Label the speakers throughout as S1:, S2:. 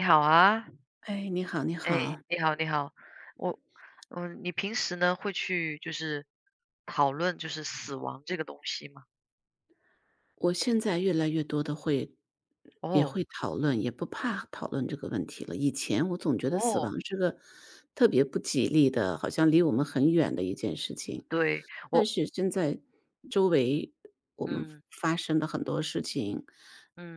S1: 你好啊，
S2: 哎，你好，你
S1: 哎，
S2: 好。
S1: 你好，你好，我，你平时呢会去就是讨论就是死亡这个东西吗？
S2: 我现在越来越多的会也
S1: 哦
S2: 会讨论，也不怕讨论这个问题了。以前我总觉得死亡
S1: 哦，
S2: 是个特别不吉利的，好像离我们很远的一件事情。
S1: 对，
S2: 但
S1: 我，
S2: 是现在周围我们
S1: 嗯
S2: 发生的很多事情，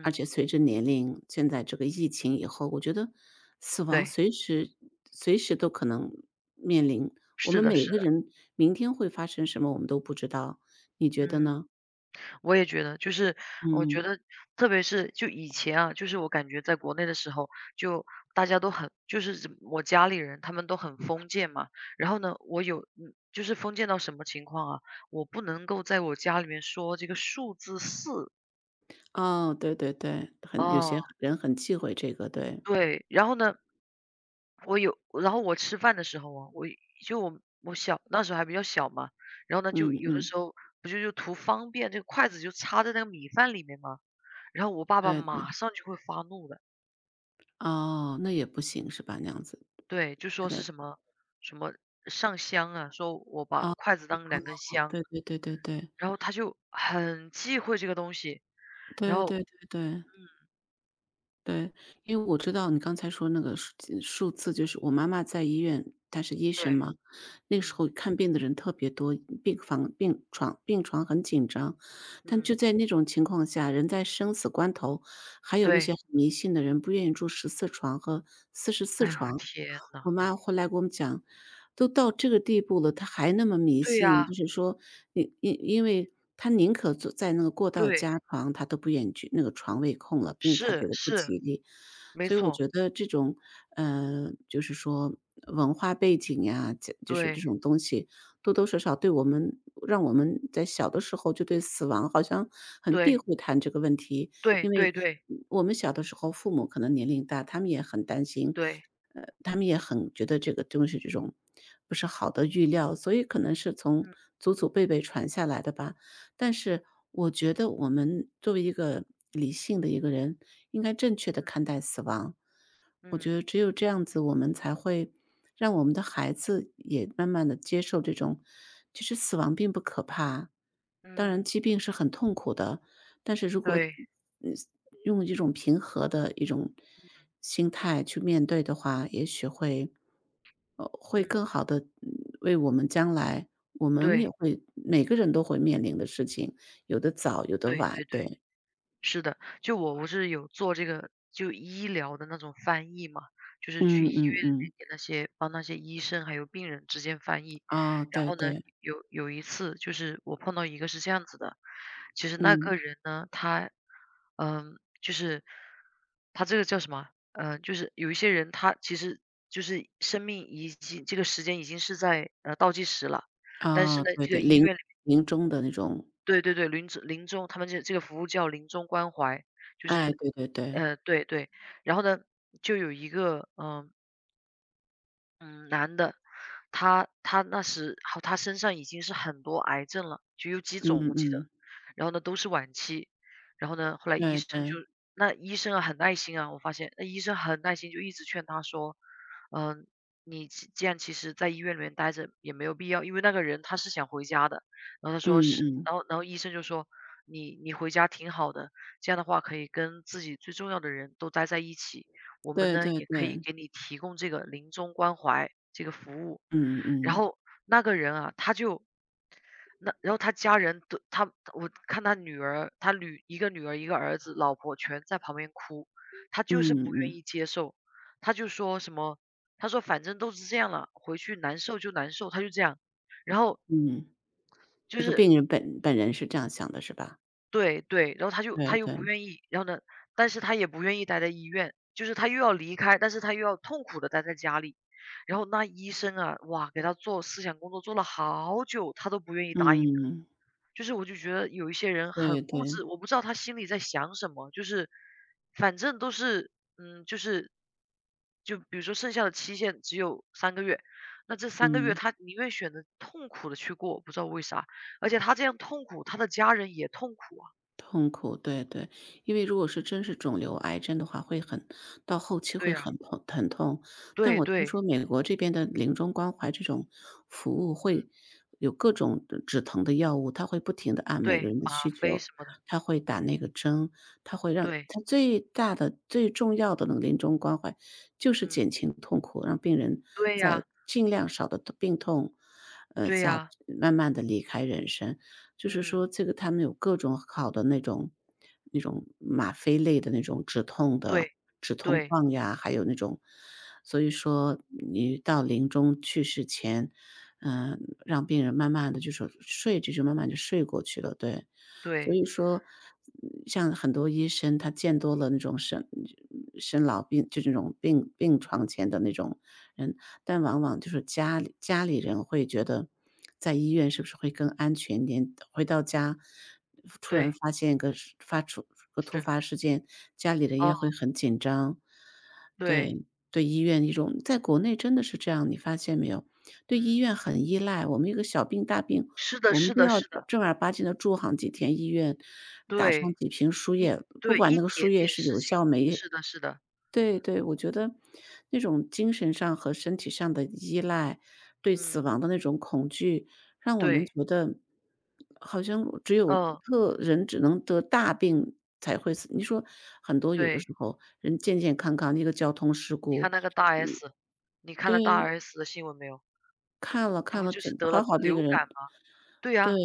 S2: 而且随着年龄，现在这个疫情以后，我觉得死亡
S1: 对，
S2: 随时随时都可能面临。我
S1: 是
S2: 们
S1: 的，
S2: 每
S1: 是
S2: 个
S1: 的，
S2: 人明天会发生什么，我们都不知道，你觉得
S1: 嗯。
S2: 呢？
S1: 我也觉得，就是我觉
S2: 嗯，
S1: 得，特别是就以前啊，就是我感觉在国内的时候，就大家都很，就是怎么我家里人他们都很封建嘛。然后呢，我有，嗯，就是封建到什么情况啊？我不能够在我家里面说这个数字四。
S2: 哦，对对对，很有些
S1: 哦，
S2: 人很忌讳这个，对。
S1: 对。然后呢，然后我吃饭的时候啊，我就我我小那时候还比较小嘛，然后呢，就
S2: 嗯
S1: 有的
S2: 嗯，
S1: 时候不就图方便，这个筷子就插在那个米饭里面嘛，然后我爸爸
S2: 对对。
S1: 马上就会发怒的。
S2: 哦，那也不行是吧？那样子，
S1: 对，就
S2: 还
S1: 说是
S2: 得。
S1: 什么上香啊，说我把筷子当两根
S2: 哦，
S1: 香，
S2: 对对对对对，
S1: 然后他就很忌讳这个东西，然
S2: 对
S1: 后
S2: 对对对
S1: 嗯，
S2: 对。因为我知道你刚才说那个数字，就是我妈妈在医院，她是医生
S1: 对，
S2: 嘛，那时
S1: 嗯
S2: 候看病的人特别多，病房病床很紧张。但就
S1: 嗯，
S2: 在那种情况下，人在生死关头，还有那
S1: 对，
S2: 些很迷信的人不愿意住十四床和四十四
S1: 哎呦
S2: 床。
S1: 天呐，
S2: 我妈后来给我们讲，都到这个地步了，她还那么迷
S1: 对
S2: 信，
S1: 呀，
S2: 就是说因为她宁可坐在那个过道
S1: 对，
S2: 加床，她都不愿意去那个床位空了，因为她觉
S1: 是
S2: 得不
S1: 是，
S2: 吉利。
S1: 没
S2: 所以我
S1: 错，
S2: 觉得这种，就是说文化背景呀，这就是这
S1: 对
S2: 种东西，多多少少对我们让我们在小的时候就对死亡好像很避
S1: 对。
S2: 讳谈这个问题。
S1: 对
S2: 因
S1: 对
S2: 为
S1: 对
S2: 我们小的时候父母可能年龄大，他们也很担心，
S1: 对，
S2: 他们也很觉得这个东西这种不是好的预料，所以可能是从
S1: 嗯
S2: 祖祖辈辈传下来的吧。但是我觉得我们作为一个理性的一个人，应该正确的看待死亡。我觉
S1: 嗯
S2: 得只有这样子，我们才会让我们的孩子也慢慢的接受这种，其实死亡并不可怕。当然
S1: 嗯，
S2: 疾病是很痛苦的，但是如果，
S1: 对，
S2: 嗯用一种平和的一种心态去面对的话，也许会
S1: 嗯，
S2: 更好的为我们将来我们也
S1: 对，
S2: 会每个人都会面临的事情，有的早有的
S1: 对
S2: 晚，
S1: 对对。
S2: 对。
S1: 是的，就我不是有做这个就医疗的那种翻译嘛，就是去
S2: 嗯
S1: 医院
S2: 嗯
S1: 里面
S2: 嗯。
S1: 给那些帮那些医生还有病人之间翻译。
S2: 啊，
S1: 然
S2: 对
S1: 后呢，
S2: 对，
S1: 有一次就是我碰到一个是这样子的，其实那个
S2: 嗯，
S1: 人呢，就是他这个叫什么？就是有一些人他其实就是生命已经这个时间已经是在倒计时了，但是
S2: 啊，
S1: 呢，
S2: 对
S1: 这个
S2: 对，
S1: 医
S2: 临
S1: 院
S2: 临终的那种，
S1: 对对对，临终他们这个服务叫临终关怀，就
S2: 哎，
S1: 是
S2: 对对对，
S1: 对对。然后呢，就有一个，嗯，男的，他那时好，他身上已经是很多癌症了，就有几种
S2: 嗯
S1: 我记得，
S2: 嗯，
S1: 然后呢都是晚期，然后呢后来医
S2: 对
S1: 生就
S2: 对，
S1: 那医生啊很耐心啊，我发现那医生很耐心，就一直劝他说，嗯、你其既然其实在医院里面待着也没有必要，因为那个人他是想回家的，然后他说
S2: 嗯
S1: 是，
S2: 嗯，
S1: 然后医生就说你回家挺好的，这样的话可以跟自己最重要的人都待在一起，我们
S2: 对
S1: 呢
S2: 对
S1: 也可以
S2: 对，
S1: 给你提供这个临终关怀这个服务。
S2: 嗯
S1: 然
S2: 嗯，
S1: 后那个人啊，他就那然后他家人都他我看他女儿，他一个女儿一个儿子，老婆全在旁边哭，他就是
S2: 嗯
S1: 不愿
S2: 嗯
S1: 意接受，他就说什么，他说反正都是这样了，回去难受就难受，他就这样，然后
S2: 嗯，
S1: 就
S2: 那个
S1: 是
S2: 病人本人是这样想的是吧？
S1: 对对，然后他就
S2: 对
S1: 他又不
S2: 对，
S1: 愿意，然后呢，但是他也不愿意待在医院，就是他又要离开，但是他又要痛苦的待在家里。然后那医生啊，哇，给他做思想工作做了好久，他都不愿意答应。
S2: 嗯，
S1: 就是我就觉得有一些人很
S2: 对
S1: 固
S2: 对，
S1: 执，我不知道他心里在想什么，就是反正都是嗯，就是就比如说剩下的期限只有三个月，那这三个月
S2: 嗯。
S1: 他宁愿选择痛苦的去过，不知道为啥，而且他这样痛苦，他的家人也痛苦啊。
S2: 痛苦，对对，因为如果是真是肿瘤、癌症的话，到后期
S1: 对
S2: 会
S1: 呀，
S2: 很痛很痛。但
S1: 对
S2: 我听
S1: 对，
S2: 说美国这边的临终关怀这种服务
S1: 嗯。
S2: 会有各种的止疼的药物，它会不停的按每个
S1: 对，
S2: 人的
S1: 吗
S2: 需
S1: 啡
S2: 求，
S1: 什么的，
S2: 它会打那个针，它会让
S1: 对，
S2: 它最大的、最重要的那个临终关怀就是
S1: 嗯。
S2: 减轻痛苦，让病人
S1: 对
S2: 在
S1: 呀，
S2: 尽量少的病痛，
S1: 对
S2: 下
S1: 呀。
S2: 慢慢的离开人生。就是说
S1: 嗯。
S2: 这个他们有各种好的那种吗啡类的那种止痛的
S1: 对
S2: 止痛
S1: 对
S2: 棒呀，还有那种所以说你到临终去世前，嗯，让病人慢慢的就是睡着就慢慢就睡过去了，对。所
S1: 对
S2: 以说，像很多医生他见多了那种生老病就这种病床前的那种人，但往往就是家里人会觉得，在医院是不是会更安全一点？回到家，突然
S1: 对，
S2: 发出个突
S1: 是，
S2: 发事件，家里人也
S1: 哦，
S2: 会很紧张。
S1: 对。
S2: 对，对医院一种在国内真的是这样，你发现没有？对医
S1: 嗯。
S2: 院很依赖，我们一个小病大病，
S1: 是的
S2: 我们
S1: 是
S2: 都
S1: 的
S2: 要
S1: 是的，
S2: 正儿八经的住上几天医院，打上
S1: 对，
S2: 几瓶输
S1: 一
S2: 液，不
S1: 对，
S2: 管
S1: 一
S2: 那个输
S1: 点
S2: 液
S1: 点
S2: 是
S1: 事
S2: 有
S1: 情，
S2: 效没。
S1: 是的是的。
S2: 对对，我觉得那种精神上和身体上的依赖，对死
S1: 嗯。
S2: 亡的那种恐惧，让我们
S1: 对，
S2: 觉得好像只有
S1: 嗯，
S2: 个人只能得大病才会死。你说很多有的
S1: 对，
S2: 时候人健健康康，一个交通事
S1: 你
S2: 故，
S1: 看那个大 S,你看了大
S2: 对，
S1: S 的新闻没有？
S2: 看了
S1: 她
S2: 看
S1: 不
S2: 了，
S1: 就是
S2: 简
S1: 得
S2: 好
S1: 了
S2: 好的一个
S1: 流感
S2: 人
S1: 吗？对
S2: 对，
S1: 呀，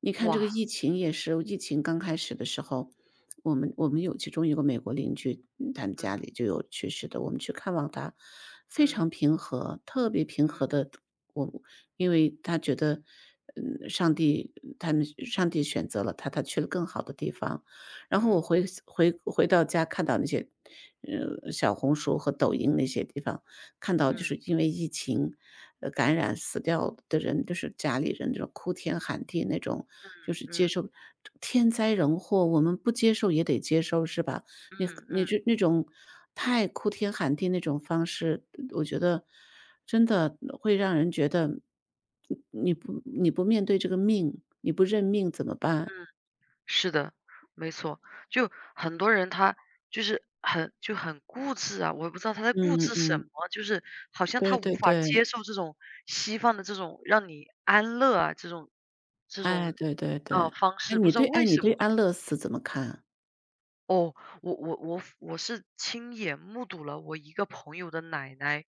S2: 你看这
S1: 哇。
S2: 个疫情也是，疫情刚开
S1: 嗯
S2: 始的时候，我们有其中一个美国邻居，他们家
S1: 嗯
S2: 里就有去世的，我们去看望他，非
S1: 嗯
S2: 常平和，特别平和
S1: 嗯
S2: 的。我因为他觉得，嗯，上帝他们上帝选择了他，他去了更好的地方。然后我
S1: 嗯
S2: 回到家，看到那些，小红书和抖音那些地方，看到就
S1: 嗯
S2: 是因为疫情，感染死掉的人，就是家里人这种哭天喊地那种，
S1: 嗯
S2: 就是
S1: 嗯
S2: 接
S1: 嗯
S2: 受天灾人祸，我们不接受也得接受，是吧？你
S1: 嗯
S2: 你
S1: 嗯
S2: 这那种太哭天喊地那种方式，我觉得真的会让人觉得，你不面对这个命，你不认命怎么办？
S1: 嗯。是的，没错。就很多人他就是很就很固执啊，我也不知道他在固
S2: 嗯
S1: 执什
S2: 嗯，
S1: 么，就是好像他
S2: 对
S1: 无
S2: 对
S1: 法
S2: 对，
S1: 接受这种西方的这种让你安乐啊，这种这
S2: 哎，
S1: 种
S2: 对对对，
S1: 方
S2: 哎，
S1: 式，不
S2: 你
S1: 知道
S2: 对哎，
S1: 为
S2: 你
S1: 什
S2: 对
S1: 么。
S2: 安乐死怎么看？
S1: 哦，我是亲眼目睹了我一个朋友的奶奶，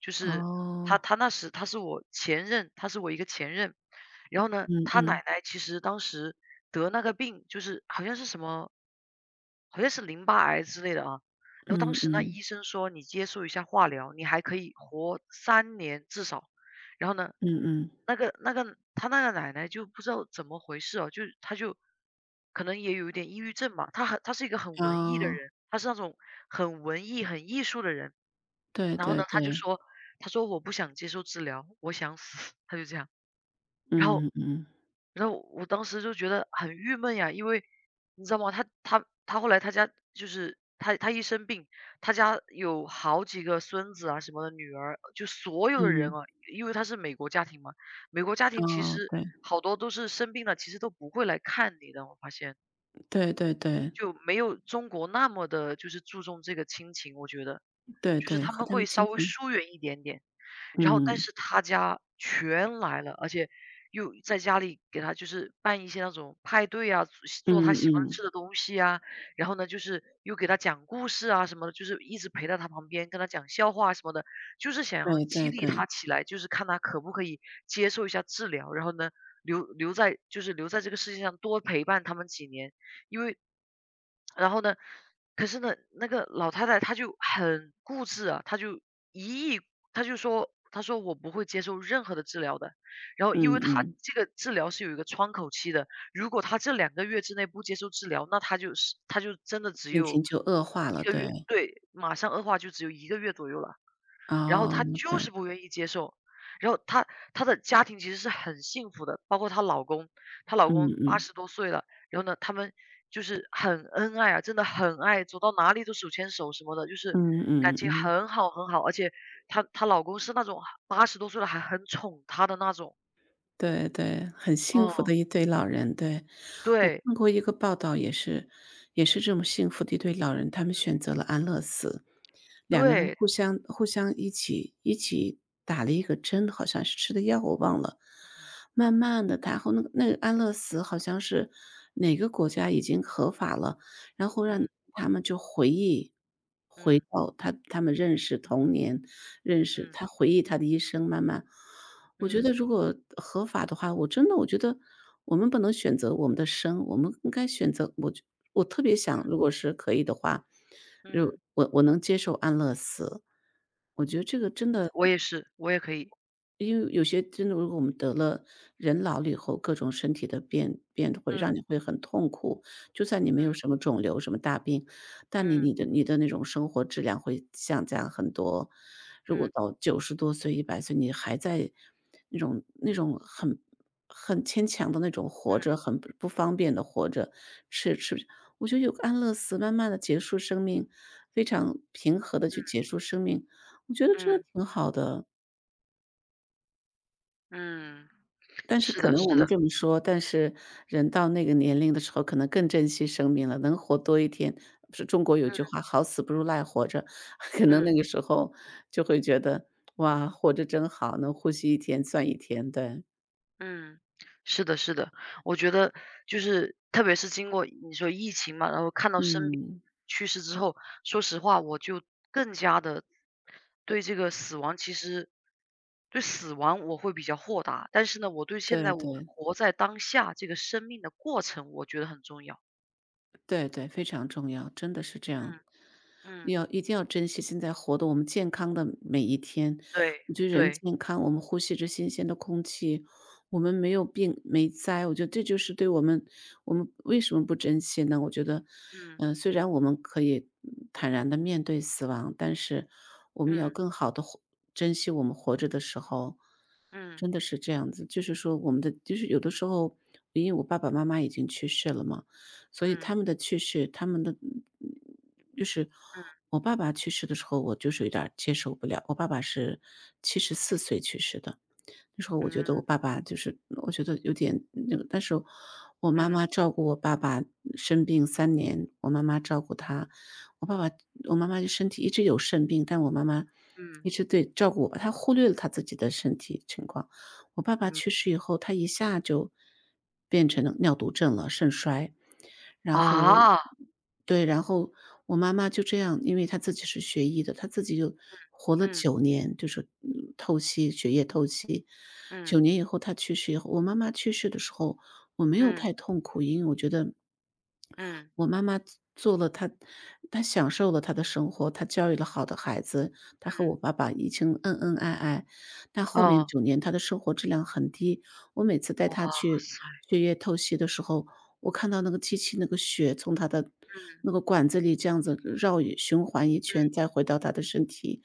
S1: 就是她
S2: 哦。
S1: 她那时她是我前任，她是我一个前任，然后呢，
S2: 嗯
S1: 她
S2: 嗯，
S1: 奶奶其实当时得那个病，就是好像是什么好像是淋巴癌之类的啊。然后当
S2: 嗯
S1: 时那
S2: 嗯，
S1: 医生说你接受一下化疗，你还可以活3年至少。然后呢，
S2: 嗯嗯，
S1: 那个那个他那个奶奶就不知道怎么回事哦，就她就可能也有一点抑郁症吧，她很她是一个很文艺的
S2: 哦，
S1: 人，她是那种很文艺、很艺术的人。
S2: 对
S1: 然后
S2: 对
S1: 呢，她就
S2: 对，
S1: 说，她说："我不想接受治疗，我想死。她就这样。然后
S2: 嗯嗯
S1: 然后我当时就觉得很郁闷呀，因为你知道吗？他后来他家就是他一生病，他家有好几个孙子啊什么的，女儿就所有的人
S2: 嗯，
S1: 啊，因为他是美国家庭嘛，美国家庭其
S2: 哦，
S1: 实
S2: 对，
S1: 好多都是生病了，其实都不会来看你的，我发现
S2: 对对对，
S1: 就没有中国那么的，就是注重这个亲情，我觉得。
S2: 对
S1: 就是
S2: 对，
S1: 他
S2: 和
S1: 们
S2: 他们
S1: 会稍
S2: 亲
S1: 微
S2: 情，
S1: 疏远一点点。然后但
S2: 嗯
S1: 是他家全来了，而且又在家里给他就是办一些那种派对啊，做他
S2: 嗯
S1: 喜欢
S2: 嗯，
S1: 吃的东西啊，然后呢，就是又给他讲故事啊什么的，就是一直陪在他旁边，跟他讲笑话什么的，就是想要
S2: 对
S1: 激
S2: 对
S1: 励
S2: 对，
S1: 他起来，就是看他可不可以接受一下治疗，然后呢，留在这个世界上多陪伴他们几年。因为然后呢，可是呢，那个老太太她就很固执啊，一意，她就说，她说我不会接受任何的治疗的。然后，因
S2: 嗯
S1: 为她
S2: 嗯，
S1: 这个治疗是有一个窗口期的，如果她这2个月之内不接受治疗，那她就真的只
S2: 病情
S1: 有
S2: 就恶化
S1: 一
S2: 了，
S1: 个月。
S2: 对，
S1: 对，马上恶化就只有一个月左右了。然后
S2: 哦，
S1: 她就
S2: 对，
S1: 是不愿意接受。然后她的家庭其实是很幸福的，包括她老公，她老
S2: 嗯
S1: 公八
S2: 嗯
S1: 十多岁了，然后呢，他们就是很恩爱啊，真的很爱，走到哪里都手牵手什么的，就是
S2: 嗯
S1: 感
S2: 嗯
S1: 情
S2: 嗯。
S1: 很好很好。而且她老公是那种八十多岁了还很宠她的那种。
S2: 对对，很幸福
S1: 哦，
S2: 的一对老人，对。我
S1: 对，
S2: 看过一个报道，也是这么幸福的一对老人，他们选择了安乐死。两个人
S1: 对，
S2: 互相一起打了一个针，好像是吃的药，我忘
S1: 嗯
S2: 了。慢慢的，然后那个安乐死好像是哪个国家已经合法了，然后让
S1: 嗯
S2: 他们就回忆回
S1: 嗯嗯
S2: 到他们认识童年，认识
S1: 嗯
S2: 他回忆他的一生，慢慢。我觉得
S1: 嗯
S2: 如果合法的话，我真的我觉得我们不能选择我们的生，我们应该选择。我就我特别想，如果是可以的话，如
S1: 嗯，
S2: 我我能接受安乐死，我觉得这个真的。
S1: 我也是，我也可以。
S2: 因为有些真的，如果我们得了人老了以后，各种身体的变会让你
S1: 嗯
S2: 会很痛苦。就算你没有
S1: 嗯
S2: 什么肿瘤、什么大病，但你
S1: 嗯
S2: 你的你的那种生活质量会下降很多。如果
S1: 嗯
S2: 到90多岁、100岁，你还在那种很牵强的那种活
S1: 嗯
S2: 着，很不方便的活着，吃吃我觉得有个安乐死，慢慢的结束生命，非常平和的去结束生命，我觉得
S1: 嗯
S2: 这
S1: 嗯
S2: 挺好的。
S1: 嗯。
S2: 但是
S1: 是
S2: 可
S1: 的，
S2: 能我
S1: 是
S2: 们
S1: 的，
S2: 这么说，但是人到那个年龄的时候，可能更珍惜生命了，能活多一天是中国有句话"好死不如赖活着"，可能
S1: 嗯嗯
S2: 那个时候就会觉得，哇，活着真好，能呼吸一天算一天，对。
S1: 嗯，是的，是的，我觉得就是特别是经过你说疫情嘛，然后看到身边
S2: 嗯，
S1: 去世之后，说实话，我就更加的对这个死亡，其实对死亡我会比较豁达，但是呢，我对现
S2: 对
S1: 在我
S2: 对。
S1: 活在当下这个生命的过程，我觉得很重要。
S2: 对对，非常重要，真的是这样。
S1: 嗯嗯，
S2: 要一定要珍惜现在活的我们健康的每一天。
S1: 对
S2: 我觉得人
S1: 对，
S2: 健康，我们呼吸着新鲜的空气，我们没有病没灾，我觉得这就是对我们为什么不珍惜呢？我觉得，
S1: 嗯
S2: 虽然我们可以坦然的面对死亡，但是我们要
S1: 嗯
S2: 更好的珍惜我们活着的时候。
S1: 嗯
S2: 真的是这样子，就是说我们的就是有的时候，因为我爸爸妈妈已经去世了嘛，所以他
S1: 嗯
S2: 们的去世，他们的就是
S1: 嗯
S2: 我爸爸去世的时候，我就是有点儿接受不了。我爸爸是74岁去世的，那时候我觉得
S1: 嗯
S2: 我爸爸就是我觉得有点那个但是我妈
S1: 嗯
S2: 妈照顾我爸爸生病3年，我妈妈照顾他。我爸爸我妈妈就身体一直有肾病，但我妈妈
S1: 嗯
S2: 一直对照顾我吧，她忽略了她自己的身体情况。我爸爸
S1: 嗯
S2: 去世以后，他一下就变成了尿毒症了，肾衰。然后，
S1: 啊，
S2: 对，然后我妈妈就这样，因为她自己是学医的，她自己就活了
S1: 嗯
S2: 九年，就是透析血液透析。九
S1: 嗯。
S2: 年以后她去世以后我妈妈去世的时候，我没有
S1: 嗯
S2: 太痛苦，因为我觉得
S1: 嗯
S2: 我妈妈做了她她享受了她的生活，她教育了好的孩子，她和
S1: 嗯。
S2: 我爸爸已经恩恩爱爱。但后面
S1: 哦，
S2: 九年她的生活质量很低，我每次带她
S1: 哇
S2: 去
S1: 塞。
S2: 血液透析的时候，我看到那个机器那个血从她的那个
S1: 嗯
S2: 管子里这样子绕一循环一圈，再回到她的身体，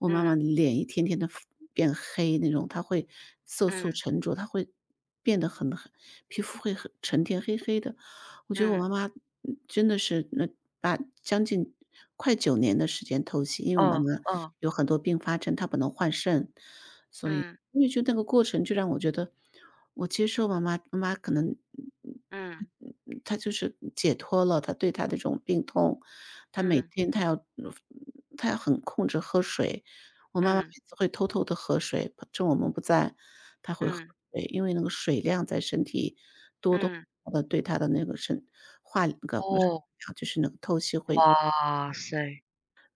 S2: 我妈
S1: 嗯
S2: 妈
S1: 嗯
S2: 脸一天天的变黑那种，她会色素
S1: 嗯。
S2: 沉着，她会变得很很皮肤会很沉淀黑黑的。我觉得我妈
S1: 嗯
S2: 妈真的是那把将近快九年的时间透析，因为我妈妈
S1: 嗯。
S2: 有很多并发症，她不能换肾，
S1: 嗯
S2: 因为就那个过程就让我觉得，我接受妈妈可能
S1: 嗯
S2: 她就是解脱了，她对她的这种病痛，她每
S1: 嗯
S2: 天她要很控制喝水。我妈妈每
S1: 嗯
S2: 次会偷偷的喝水，趁我们不在，她会喝
S1: 嗯
S2: 水，因为那个水量在身体多多
S1: 嗯。
S2: 的对她的那个身化那个不是，
S1: 哦，
S2: 就是那个透析会。
S1: 哇塞，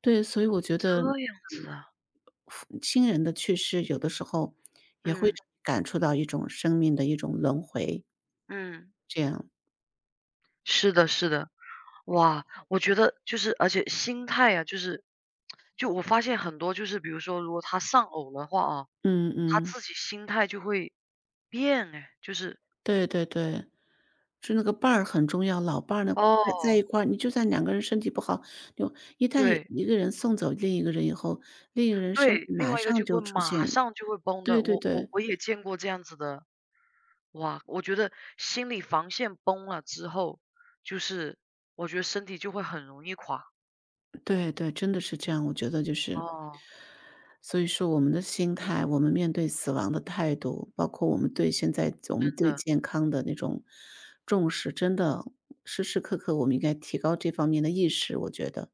S2: 对，所以我觉
S1: 这
S2: 得，
S1: 样子啊。
S2: 父亲人的去世，有的时候也会
S1: 嗯
S2: 让你感触到一种生命的一种轮回，
S1: 嗯。
S2: 这样。
S1: 是的是的，哇，我觉得就是而且心态啊，就是就我发现很多就是比如说如果他丧偶的话啊，
S2: 嗯
S1: 他
S2: 嗯，
S1: 自己心态就会变哎，就是
S2: 对对对，是那个伴儿很重要，老伴儿呢，在一
S1: 哦，
S2: 块儿，你就算两个人身体不好，就一旦有
S1: 对。
S2: 一个人送走另一个人以后，另一个人身体
S1: 对，另
S2: 马
S1: 外一个
S2: 上
S1: 就
S2: 就
S1: 会
S2: 出
S1: 马
S2: 现
S1: 上就会崩
S2: 对
S1: 的，
S2: 对
S1: 我我
S2: 对。
S1: 我也见过这样子的，哇，我觉得心理防线崩了之后，就是我觉得身体就会很容易垮，
S2: 对对，真的是这样。我觉得就是，
S1: 哦，
S2: 所以说我们的心态，我们面对死亡的态度，包括我们对
S1: 真的。
S2: 健康的那种重视，真的时时刻刻我们应该提高这方面的意识。我觉得，